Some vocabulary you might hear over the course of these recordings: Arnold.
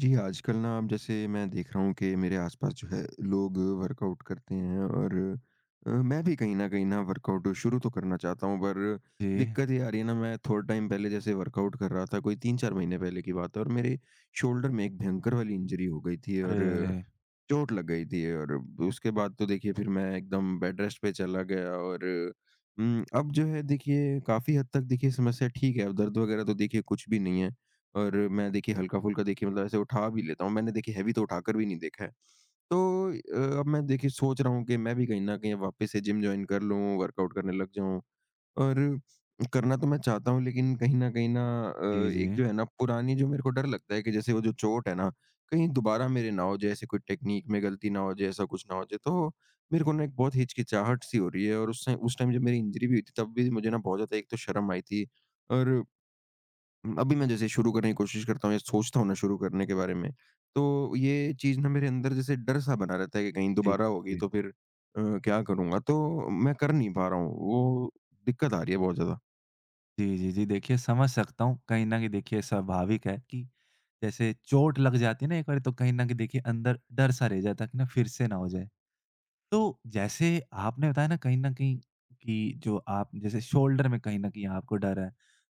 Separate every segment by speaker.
Speaker 1: जी, आजकल ना अब जैसे मैं देख रहा हूँ कि मेरे आसपास जो है लोग वर्कआउट करते हैं और मैं भी कहीं न कहीं ना वर्कआउट शुरू तो करना चाहता हूँ, पर
Speaker 2: जी।
Speaker 1: दिक्कत ये आ रही है ना। मैं थोड़ा टाइम पहले जैसे वर्कआउट कर रहा था, कोई 3-4 महीने पहले की बात है, और मेरे शोल्डर में एक भयंकर वाली इंजरी हो गई थी
Speaker 2: अरे,
Speaker 1: और
Speaker 2: अरे!
Speaker 1: चोट लग गई थी। और उसके बाद तो देखिए फिर मैं एकदम बेड रेस्ट पे चला गया। और अब जो है देखिए काफ़ी हद तक देखिए समस्या ठीक है, अब दर्द वगैरह तो देखिए कुछ भी नहीं है। और मैं देखिए हल्का-फुल्का देखिए मतलब ऐसे उठा भी लेता हूँ, मैंने देखिए हेवी तो उठाकर भी नहीं देखा है। तो अब मैं देखिए सोच रहा हूँ कि मैं भी कहीं न कहीं वापस से जिम जॉइन कर लूँ, वर्कआउट करने लग जाऊँ। और करना तो मैं चाहता हूँ, लेकिन कहीं न कहीं ना
Speaker 2: जी,
Speaker 1: एक
Speaker 2: जी।
Speaker 1: जो है ना पुरानी जो मेरे को डर लगता है कि जैसे वो जो चोट है ना, कहीं दोबारा मेरे ना हो जाए, ऐसे कोई टेक्नीक में गलती ना हो जाए, ऐसा कुछ ना हो जाए। तो मेरे को ना एक बहुत हिचकिचाहट सी हो रही है। और उस टाइम जब मेरी इंजरी भी हुई थी, तब भी मुझे ना बहुत ज़्यादा एक तो शर्म आई थी। और अभी मैं जैसे शुरू करने की कोशिश करता हूँ या सोचता हूँ ना शुरू करने के बारे में, तो ये चीज़ ना मेरे अंदर जैसे डर-सा बना रहता है कि कहीं
Speaker 2: जी,
Speaker 1: दोबारा होगी
Speaker 2: जी।
Speaker 1: तो फिर क्या करूँगा? तो मैं कर नहीं पा रहा हूँ, वो दिक्कत आ रही है बहुत ज़्यादा।
Speaker 2: जी, जी, जी। देखिए समझ सकता हूँ, कहीं न कहीं देखिए स्वाभाविक है कि जैसे चोट लग जाती है ना एक बारी तो कहीं न कहीं देखिए अंदर डर-सा रह जाता है कि ना फिर से ना हो जाए। तो जैसे आपने बताया ना कहीं न कहीं कि जो आप जैसे शोल्डर में कहीं न कहीं आपको डर है,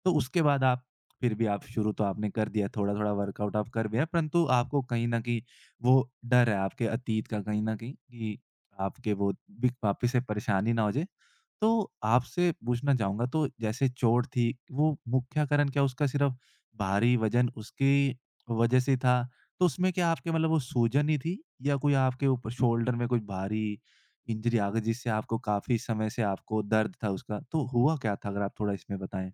Speaker 2: तो उसके बाद आप फिर भी आप शुरू तो आपने कर दिया, थोड़ा-थोड़ा वर्कआउट आप कर भी आए, परंतु आपको कहीं न कहीं वो डर है आपके अतीत का कहीं न कहीं कि आपके वो बि वापस से परेशानी ना हो जाए। तो आपसे पूछना चाहूँगा तो जैसे चोट थी, वो मुख्य कारण क्या उसका सिर्फ़ भारी वज़न उसकी वज़ह से था? तो उसमें क्या आपके मतलब वो सूजन ही थी या कोई आपके ऊपर शोल्डर में कोई भारी इंजरी आ गई जिससे आपको काफ़ी समय से आपको दर्द था उसका, तो हुआ क्या था? अगर आप थोड़ा इसमें बताएँ?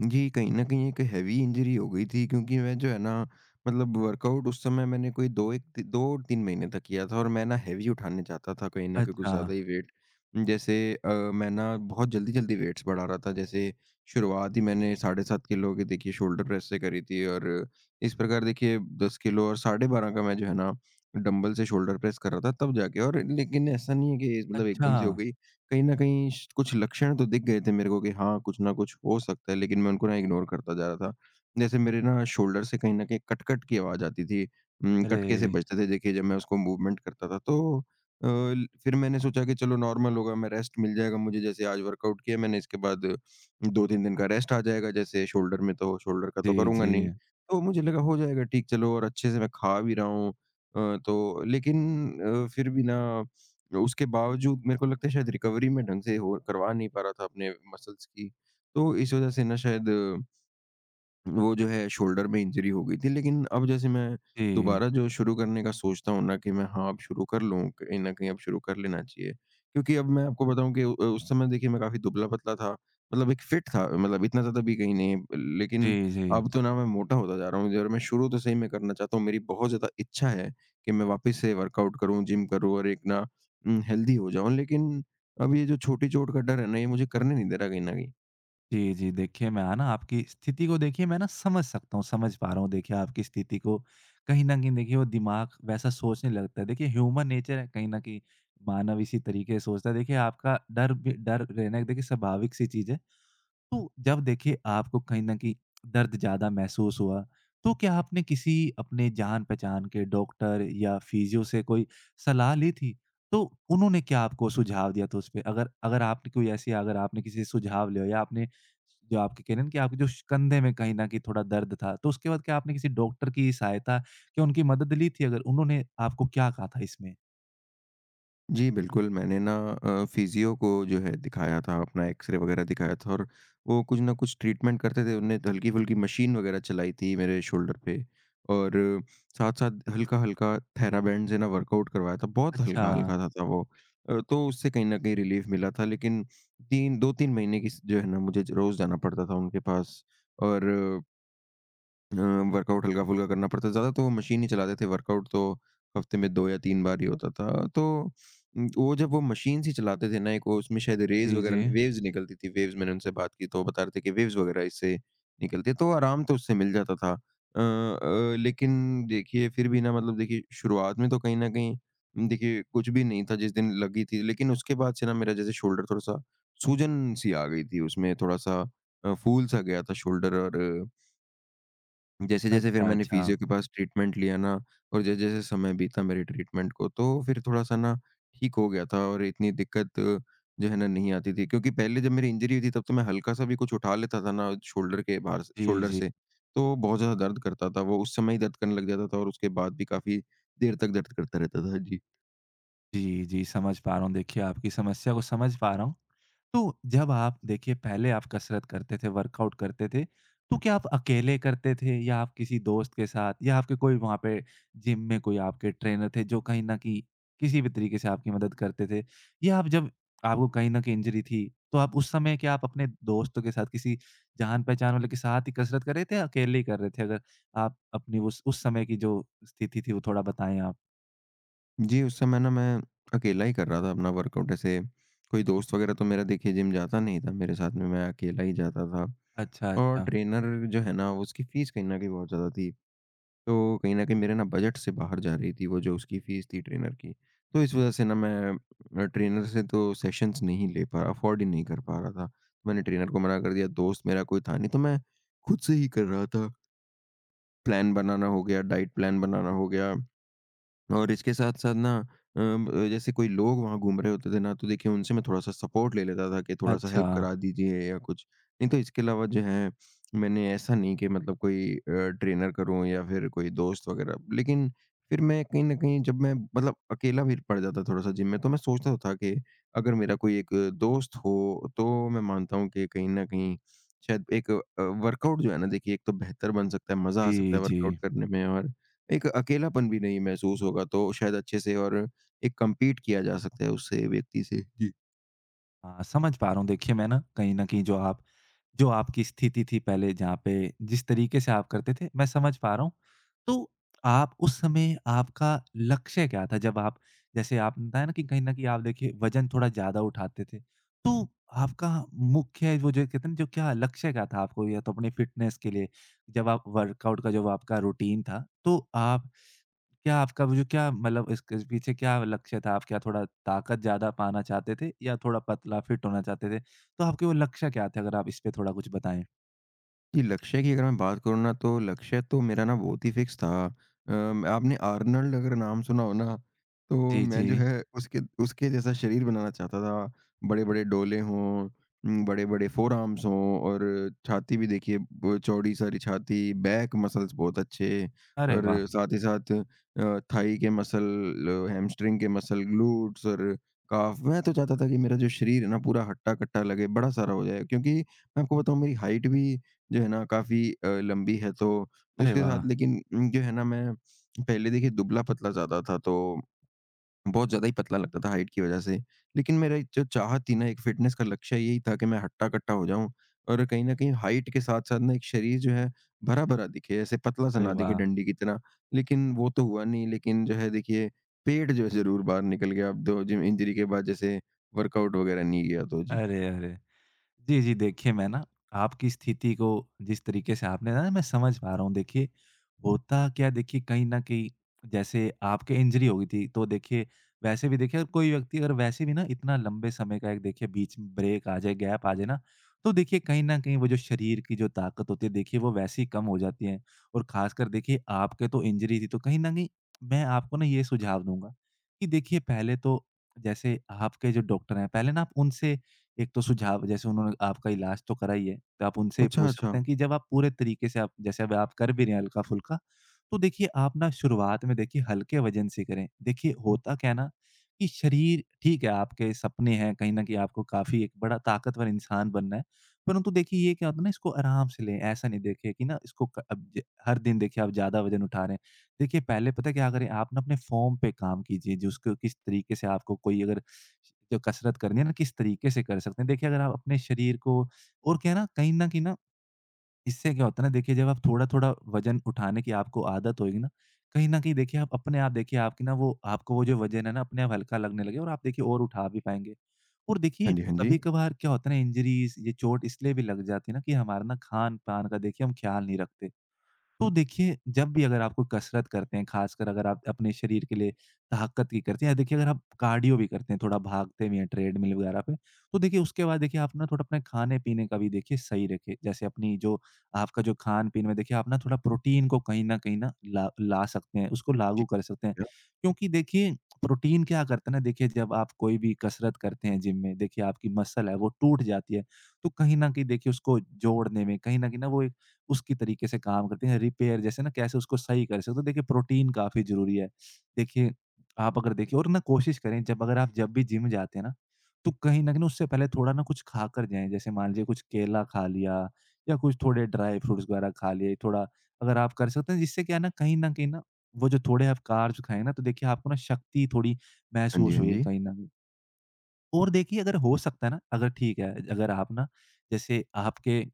Speaker 1: जी, कहीं न कहीं एक हेवी इंजरी हो गई थी, क्योंकि मैं जो है ना मतलब वर्कआउट उस समय मैंने कोई 2 एक 2-3 महीने तक किया था, और मैं ना हेवी उठाने चाहता था कहीं न कहीं कुछ
Speaker 2: अच्छा,
Speaker 1: ज़्यादा ही वेट। जैसे मैं ना बहुत जल्दी-जल्दी वेट्स बढ़ा रहा था। जैसे शुरुआत ही मैंने साढ़े 7 किलो की देखिए शोल्डर प्रेस से करी थी, और इस प्रकार देखिए 10 किलो और साढ़े 12 का मैं जो है ना डंबल से शोल्डर प्रेस कर रहा था तब जाके। और लेकिन ऐसा नहीं है कि मतलब
Speaker 2: अच्छा।
Speaker 1: एकदम से हो गई। कहीं न कहीं श कुछ लक्षण तो दिख गए थे मेरे को कि हाँ, कुछ ना कुछ हो सकता है, लेकिन मैं उनको ना इग्नोर करता जा रहा था। जैसे मेरे ना शोल्डर से कहीं न कहीं कट-कट की आवाज़ आती थी। कटके से
Speaker 2: अरे!
Speaker 1: बजते थे देखिए जब मैं उसको मूवमेंट करता था। तो अ, ल फिर मैंने सोचा कि चलो नॉर्मल होगा, मैं रेस्ट मिल जाएगा मुझे। जैसे आज वर्कआउट किया मैंने, इसके बाद 2-3 दिन का रेस्ट आ जाएगा, जैसे शोल्डर में तो शोल्डर का तो
Speaker 2: जी,
Speaker 1: करूँगा नहीं।
Speaker 2: जी।
Speaker 1: तो मुझे लगा हो जाएगा ठीक, चलो, और अच्छे से मैं खा भी रहा हूँ। तो लेकिन फिर भी ना उसके बावजूद मेरे को लगता है शायद रिकवरी मैं ढंग से हो करवा नहीं पा रहा था अपने मसल्स की। तो इस वज़ह से ना शायद वो जो है शोल्डर में इंजरी हो गई थी। लेकिन अब जैसे मैं
Speaker 2: जी।
Speaker 1: दोबारा जो शुरू करने का सोचता हूँ ना कि मैं, हाँ, अब शुरू कर लूँ, कहीं न कहीं अब शुरू कर लेना चाहिए। क्योंकि अब मैं आपको बताऊँ कि उस समय देखिए मैं काफ़ी दुबला-पतला था, मतलब एक फिट था, मतलब इतना ज़्यादा भी कहीं नहीं,
Speaker 2: जी,
Speaker 1: लेकिन
Speaker 2: जी।
Speaker 1: अब तो ना मैं मोटा होता जा रहा हूँ और मैं शुरू तो सही में करना चाहता हूँ। मेरी बहुत ज़्यादा इच्छा है कि मैं वापस से वर्कआउट करूँ, जिम करूँ, और एक ना हेल्दी हो जाऊँ, लेकिन अब ये जो छोटी चोट का डर है ना, ये मुझे करने नहीं दे रहा कहीं न कहीं।
Speaker 2: जी, जी। देखिए, मैं ना आपकी स्थिति को देखिए मैं ना समझ सकता हूँ, समझ पा रहा हूँ देखिए आपकी स्थिति को। कहीं न कहीं देखिए वो दिमाग वैसा सोचने लगता है। देखिए ह्यूमन नेचर है कहीं न कहीं, मानव इसी तरीके से सोचता है। देखिए आपका डर भी डर रहना देखिए स्वाभाविक सी चीज़ है। तो जब देखिए आपको कहीं न कहीं दर्द ज़्यादा महसूस हुआ, तो क्या आपने किसी अपने जान-पहचान के डॉक्टर या फिजियो से कोई सलाह ली थी? तो उन्होंने क्या आपको सुझाव दिया था उसपे? अगर अगर आपने कोई ऐसी अगर आपने किसी से सुझाव लिया हो या आपने जो आपके कह रहे हैं ना कि आपके जो श कंधे में कहीं न कहीं थोड़ा दर्द था, तो उसके बाद क्या आपने किसी डॉक्टर की सहायता या उनकी मदद ली थी अगर उन्होंने आपको क्या कहा था इसमें?
Speaker 1: जी, बिल्कुल, मैंने ना फिज़ियो को जो है दिखाया था, अपना एक्स-रे वगैरह दिखाया था, और वो कुछ ना कुछ ट्रीटमेंट करते थे। उन्होंने हल्की-फुल्की मशीन वगैरह चलाई थी मेरे शोल्डर पे, और साथ-साथ हल्का-हल्का थेराबैंड से ना वर्कआउट करवाया था। बहुत
Speaker 2: अच्छा।
Speaker 1: हल्का-हल्का सा था वो। तो उससे कहीं न कहीं रिलीफ़ मिला था। लेकिन 3 2-3 महीने की स जो है ना मुझे ज रोज़ जाना पड़ता था उनके पास। और अ, वर्कआउट हल्का-फुल्का करना पड़ता था, ज़्यादा तो वो मशीन ही चलाते थे, वर्कआउट तो हफ्ते में 2 या 3 बार ही होता था। तो वो जब वो मशीन से चलाते थे ना, एक वो उसमें शायद रेज़
Speaker 2: जी, जी।
Speaker 1: वगैरह वेव्स निकलती थी, वेव्स, मैंने उनसे बात की तो वो बता रहे थे कि वेव्स वगैरह इससे निकलती है, तो आराम तो उससे मिल जाता था। लेकिन देखिए फिर भी ना मतलब देखिए शुरुआत में तो कहीं न कहीं देखिए कुछ भी नहीं था जिस दिन लगी थी, लेकिन उसके बाद से ना मेरा जैसे शोल्डर थोड़ा-सा, सूजन सी आ गई थी उसमें, थोड़ा-सा फूल-सा गया था शोल्डर। और जैसे-जैसे फिर
Speaker 2: अच्छा,
Speaker 1: मैंने
Speaker 2: अच्छा।
Speaker 1: फिजियो के पास ट्रीटमेंट लिया ना, और जैसे-जैसे समय बीता मेरे ट्रीटमेंट को, तो फिर थोड़ा-सा ना ठीक हो गया था, और इतनी दिक्कत जो है ना नहीं आती थी। क्योंकि पहले जब मेरी इंजरी हुई थी तब तो मैं हल्का-सा भी कुछ उठा लेता था ना शोल्डर के बाहर से
Speaker 2: जी,
Speaker 1: शोल्डर
Speaker 2: जी।
Speaker 1: से, तो बहुत ज़्यादा दर्द करता था। वो उस समय ही दर्द करने लग जाता था और उसके बाद भी काफ़ी देर तक दर्द करता रहता था। जी।
Speaker 2: जी, जी, समझ पा रहा हूँ। देखिए, आपकी समस्या को समझ पा रहा हूँ। तो जब आप देखिए पहले आप कसरत करते थे, वर्कआउट करते थे, तो क्या आप अकेले करते थे या आप किसी दोस्त के साथ या आपके कोई वहाँ पे जिम में कोई आपके ट्रेनर थे जो कहीं न कहीं किसी भी तरीके से आपकी मदद करते थे? या आप जब आपको कहीं न कहीं इंजरी थी, तो आप उस समय क्या आप अपने दोस्तों के साथ किसी जान-पहचान वाले के साथ ही कसरत कर रहे थे या अकेले ही कर रहे थे? अगर आप अपनी उस समय की जो स्थिति थी वो थोड़ा बताएँ आप।
Speaker 1: जी, उस समय ना मैं अकेला ही कर रहा था अपना वर्कआउट, ऐसे कोई दोस्त वगैरह तो मेरा देखिए जिम जाता नहीं था मेरे साथ में, मैं अकेला ही जाता था।
Speaker 2: अच्छा,
Speaker 1: और
Speaker 2: अच्छा।
Speaker 1: ट्रेनर जो है ना उसकी फ़ीस कहीं न कहीं बहुत ज़्यादा थी। तो कहीं न कहीं मेरे ना बजट से बाहर जा रही थी वो जो उसकी फ़ीस थी ट्रेनर की। तो इस वज़ह से ना मैं ट्रेनर से तो सेशंस नहीं ले पा रहा, अफ़ोर्ड ही नहीं कर पा रहा था। तो मैंने ट्रेनर को मना कर दिया, दोस्त मेरा कोई था नहीं तो मैं खुद से ही कर रहा था। प्लान बनाना हो गया, डाइट प्लान बनाना हो गया। और इसके साथ-साथ ना जैसे कोई लोग वहाँ घूम रहे होते थे ना, तो देखिए उनसे मैं थोड़ा-सा सपोर्ट ले लेता था कि थोड़ा-सा
Speaker 2: अच्छा।
Speaker 1: हेल्प करा दीजिए या कुछ। नहीं तो इसके अलावा जो है, मैंने ऐसा नहीं कि मतलब कोई ट्रेनर करूँ या फिर कोई दोस्त वगैरह। लेकिन फिर मैं कहीं न कहीं जब मैं मतलब अकेला भी पड़ जाता थोड़ा-सा जिम में, तो मैं सोचता तो था कि अगर मेरा कोई एक दोस्त हो, तो मैं मानता हूँ कि कहीं न कहीं शायद एक वर्कआउट जो है ना देखिए, एक तो बेहतर बन सकता है, मज़ा आ सकता
Speaker 2: जी,
Speaker 1: है
Speaker 2: जी।
Speaker 1: वर्कआउट करने में, और एक अकेलापन भी नहीं महसूस होगा, तो शायद अच्छे से, और एक कम्पीट किया जा सकता है उससे, व्यक्ति से। जी।
Speaker 2: हाँ, समझ पा रहा हूँ। देखिए, मैं ना कहीं न कहीं जो आप जो आपकी स्थिति थी पहले जहाँ पे जिस तरीके से आप करते थे, मैं समझ पा रहा हूँ। तो आप उस समय आपका लक्ष्य क्या था? जब आप जैसे आपने बताया ना कि कहीं न कहीं आप देखिए वज़न थोड़ा ज़्यादा उठाते थे। तो आपका मुख्य वो जो कहते हैं ना जो क्या लक्ष्य क्या था आपको या तो अपनी फ़िटनेस के लिए जब आप वर्कआउट का जो आपका रूटीन था, तो आप क्या आपका वो जो क्या मतलब इसके पीछे क्या लक्ष्य था? आप क्या थोड़ा ताकत ज़्यादा पाना चाहते थे या थोड़ा पतला फिट होना चाहते थे? तो आपके वो लक्ष्य क्या थे? अगर आप इस पे थोड़ा कुछ बताएँ?
Speaker 1: जी, लक्ष्य की अगर मैं बात करूँ ना, तो लक्ष्य तो मेरा ना बहुत ही फिक्स था। आपने आर्नल्ड अगर नाम सुना हो ना, तो
Speaker 2: जी,
Speaker 1: मैं
Speaker 2: जी।
Speaker 1: जो है उसके उसके जैसा शरीर बनाना चाहता था। बड़े-बड़े डोले हों, बड़े-बड़े फोरआर्म्स हों, और छाती भी देखिए ब चौड़ी सारी छाती, बैक मसल्स बहुत अच्छे,
Speaker 2: अरे
Speaker 1: और
Speaker 2: वाह!
Speaker 1: साथ ही साथ थाई के मसल, हैमस्ट्रिंग के मसल, ग्लूट्स और काफ। मैं तो चाहता था कि मेरा जो शरीर है ना पूरा हट्टा-कट्टा लगे, बड़ा सारा हो जाए। क्योंकि मैं आपको बताऊँ मेरी हाइट भी जो है ना काफ़ी लंबी है, तो
Speaker 2: अरे
Speaker 1: उसके
Speaker 2: वाह!
Speaker 1: साथ, लेकिन जो है ना मैं पहले देखिए दुबला-पतला ज़्यादा था, तो बहुत ज़्यादा ही पतला लगता था हाइट की वज़ह से। लेकिन मेरा एक जो चाहत थी ना, एक फ़िटनेस का लक्ष्य यही था कि मैं हट्टा-कट्टा हो जाऊँ, और कहीं न कहीं हाइट के साथ-साथ ना एक शरीर जो है भरा-भरा दिखे, ऐसे पतला-सा
Speaker 2: अरे
Speaker 1: ना दिखे
Speaker 2: वाह!
Speaker 1: डंडी की तरह। लेकिन वो तो हुआ नहीं, लेकिन जो है देखिए पेट जो है ज़रूर बाहर निकल गया अब तो, जिम इंजरी के बाद जैसे वर्कआउट वग़ैरह नहीं गया तो। जी।
Speaker 2: अरे, अरे! जी, जी। देखिए, मैं ना आपकी स्थिति को जिस तरीके से आपने ना मैं समझ पा रहा हूँ। देखिए, होता क्या है देखिए कहीं न कहीं जैसे आपके इंजरी हो गई थी, तो देखिए वैसे भी देखिए अगर कोई व्यक्ति अगर वैसे भी ना इतना लंबे समय का एक देखिए बीच में ब्रेक आ जाए, गैप आ जाए ना, तो देखिए कहीं न कहीं वो जो शरीर की जो ताकत होती है देखिए वो वैसे ही कम हो जाती है। और ख़ासकर देखिए आपके तो इंजरी थी, तो कहीं न कहीं मैं आपको ना ये सुझाव दूँगा कि देखिए पहले तो जैसे आपके जो डॉक्टर हैं, पहले ना आप उनसे एक तो सुझाव जैसे उन्होंने आपका इलाज तो करा ही है, तो आप उनसे ये
Speaker 1: अच्छा,
Speaker 2: पूछ सकते
Speaker 1: अच्छा।
Speaker 2: हैं कि जब आप पूरे तरीके से आप जैसे अब आप कर भी रहे हैं हल्का-फुल्का, तो देखिए आप ना शुरुआत में देखिए हल्के वज़न से करें। देखिए होता क्या है ना कि शरीर ठीक है, आपके सपने हैं, कहीं न कहीं आपको काफ़ी एक बड़ा ताकतवर इंसान बनना है, परंतु देखिए ये क्या होता है ना इसको आराम से लें, ऐसा नहीं देखिए कि ना इसको क अब ज हर दिन देखिए आप ज़्यादा वज़न उठा रहे हैं। देखिए पहले पता है क्या करें, आप ना अपने फ़ॉर्म पे काम कीजिए, जिसको किस तरीके से आपको कोई अगर जो कसरत करनी है ना, किस तरीके से कर सकते हैं। देखिए, अगर आप अपने शरीर को और क्या है ना, कहीं न कहीं ना, इससे क्या होता है ना, देखिए, जब आप थोड़ा-थोड़ा वज़न उठाने की आपको आदत होएगी ना, कहीं न कहीं देखिए, आप अपने आप देखिए, आपकी ना वो आपको वो जो वज़न है ना, अपने आप हल्का लगने लगेगा और आप देखिए और उठा भी पाएँगे। और देखिए,
Speaker 1: हाँ जी, हाँ जी।
Speaker 2: कभी-कभार क्या होता है ना, इंजरीज़, ये चोट इसलिए भी लग जाती है ना कि हमारा ना खान-पान का देखिए हम ख़्याल नहीं रखते। तो देखिए, जब भी अगर आप कोई कसरत करते हैं, ख़ासकर अगर आप अपने शरीर के लिए ताकत की करते हैं या देखिए अगर आप कार्डियो भी करते हैं, थोड़ा भागते भी हैं ट्रेडमिल वगैरह पे, तो देखिए उसके बाद देखिए आप ना थोड़ा अपने खाने-पीने का भी देखिए सही रखिए। जैसे अपनी जो आपका जो खान-पीन में देखिए आप ना थोड़ा प्रोटीन को कहीं न कहीं ना ला ला सकते हैं, उसको
Speaker 1: जी,
Speaker 2: लागू कर सकते हैं। क्योंकि देखिए प्रोटीन क्या करता है ना देखिए जब आप कोई भी कसरत करते हैं जिम में, देखिए आपकी मसल है वो टूट जाती है। तो कहीं न कहीं देखिए उसको जोड़ने में, कहीं न कहीं ना वो एक उसकी तरीके से काम करती हैं। रिपेयर जैसे ना कैसे उसको सही कर सकते हो। देखिए प्रोटीन काफ़ी ज़रूरी है। देखिए आप अगर देखिए और ना कोशिश करें जब अगर आप जब भी जिम जाते हैं ना, तो कहीं न कहीं उससे पहले थोड़ा ना कुछ खाकर जाएँ। जैसे मान लीजिए कुछ केला खा लिया या कुछ थोड़े ड्राई फ्रूट्स वगैरह खा लिए। थोड़ा अगर आप कर सकते हैं जिससे क्या है ना कहीं न कहीं ना वो जो थोड़े आप कार्ब्स खाएँ ना तो देखिए आपको ना शक्ति थोड़ी
Speaker 1: हाँ जी,
Speaker 2: महसूस
Speaker 1: हाँ
Speaker 2: होगी
Speaker 1: जी।
Speaker 2: कहीं न कहीं। और देखिए अगर हो सकता है ना अगर ठीक है, अगर आप ना जैसे आपके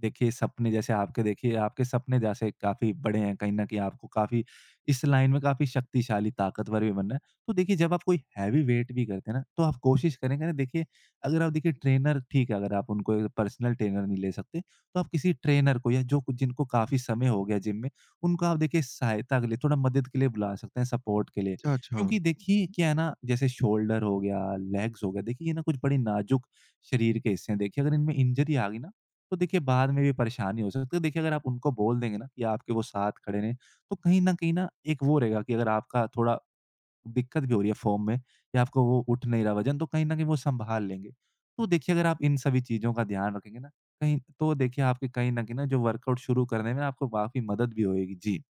Speaker 2: जैसे आपके देखिए आपके सपने जैसे काफ़ी बड़े हैं, कहीं न कहीं आपको काफ़ी इस लाइन में काफ़ी शक्तिशाली, ताकतवर भी बनना है। तो देखिए जब आप कोई हैवी वेट भी करते हैं ना, तो आप कोशिश करेंगे ना देखिए अगर आप देखिए ट्रेनर ठीक है, अगर आप उनको एक पर्सनल ट्रेनर नहीं ले सकते, तो आप किसी ट्रेनर को या जो जिनको काफ़ी समय हो गया जिम में, उनको आप देखिए सहायता के लिए, थोड़ा मदद के लिए बुला सकते हैं, सपोर्ट के लिए।
Speaker 1: अच्छा, अच्छा।
Speaker 2: क्योंकि देखिए क्या है ना जैसे शोल्डर हो गया, लेग्स हो गया, देखिए ये ना कुछ बड़े नाजुक शरीर के हिस्से हैं। देखिए अगर इनमें इंजरी आ गई ना, तो देखिए बाद में भी परेशानी हो सकती है। देखिए अगर आप उनको बोल देंगे ना कि आपके वो साथ खड़े रहें, तो कहीं न कहीं ना एक वो रहेगा कि अगर आपका थोड़ा दिक्कत भी हो रही है फ़ॉर्म में या आपको वो उठ नहीं रहा वज़न, तो कहीं न कहीं वो सँभाल लेंगे। तो देखिए अगर आप इन सभी चीज़ों का ध्यान रखेंगे ना, कहीं तो देखिए आपके कहीं न कहीं ना जो वर्कआउट शुरू करने में आपको काफ़ी मदद भी होएगी। जी।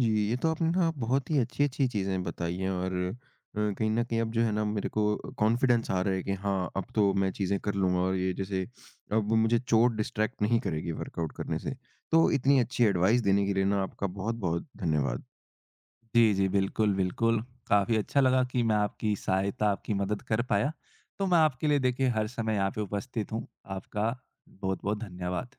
Speaker 1: जी, ये तो आपने ना बहुत ही अच्छी-अच्छी चीज़ें बताई हैं, और कहीं न कहीं अब जो है ना मेरे को कॉन्फिडेंस आ रहा है कि हाँ, अब तो मैं चीज़ें कर लूँगा, और ये, जैसे अब मुझे चोट डिस्ट्रैक्ट नहीं करेगी वर्कआउट करने से। तो इतनी अच्छी एडवाइस देने के लिए ना आपका बहुत-बहुत धन्यवाद।
Speaker 2: जी, जी। बिल्कुल, बिल्कुल। काफ़ी अच्छा लगा कि मैं आपकी सहायता, आपकी मदद कर पाया। तो मैं आपके लिए देखिए हर समय यहाँ पे उपस्थित हूँ। आपका बहुत-बहुत धन्यवाद।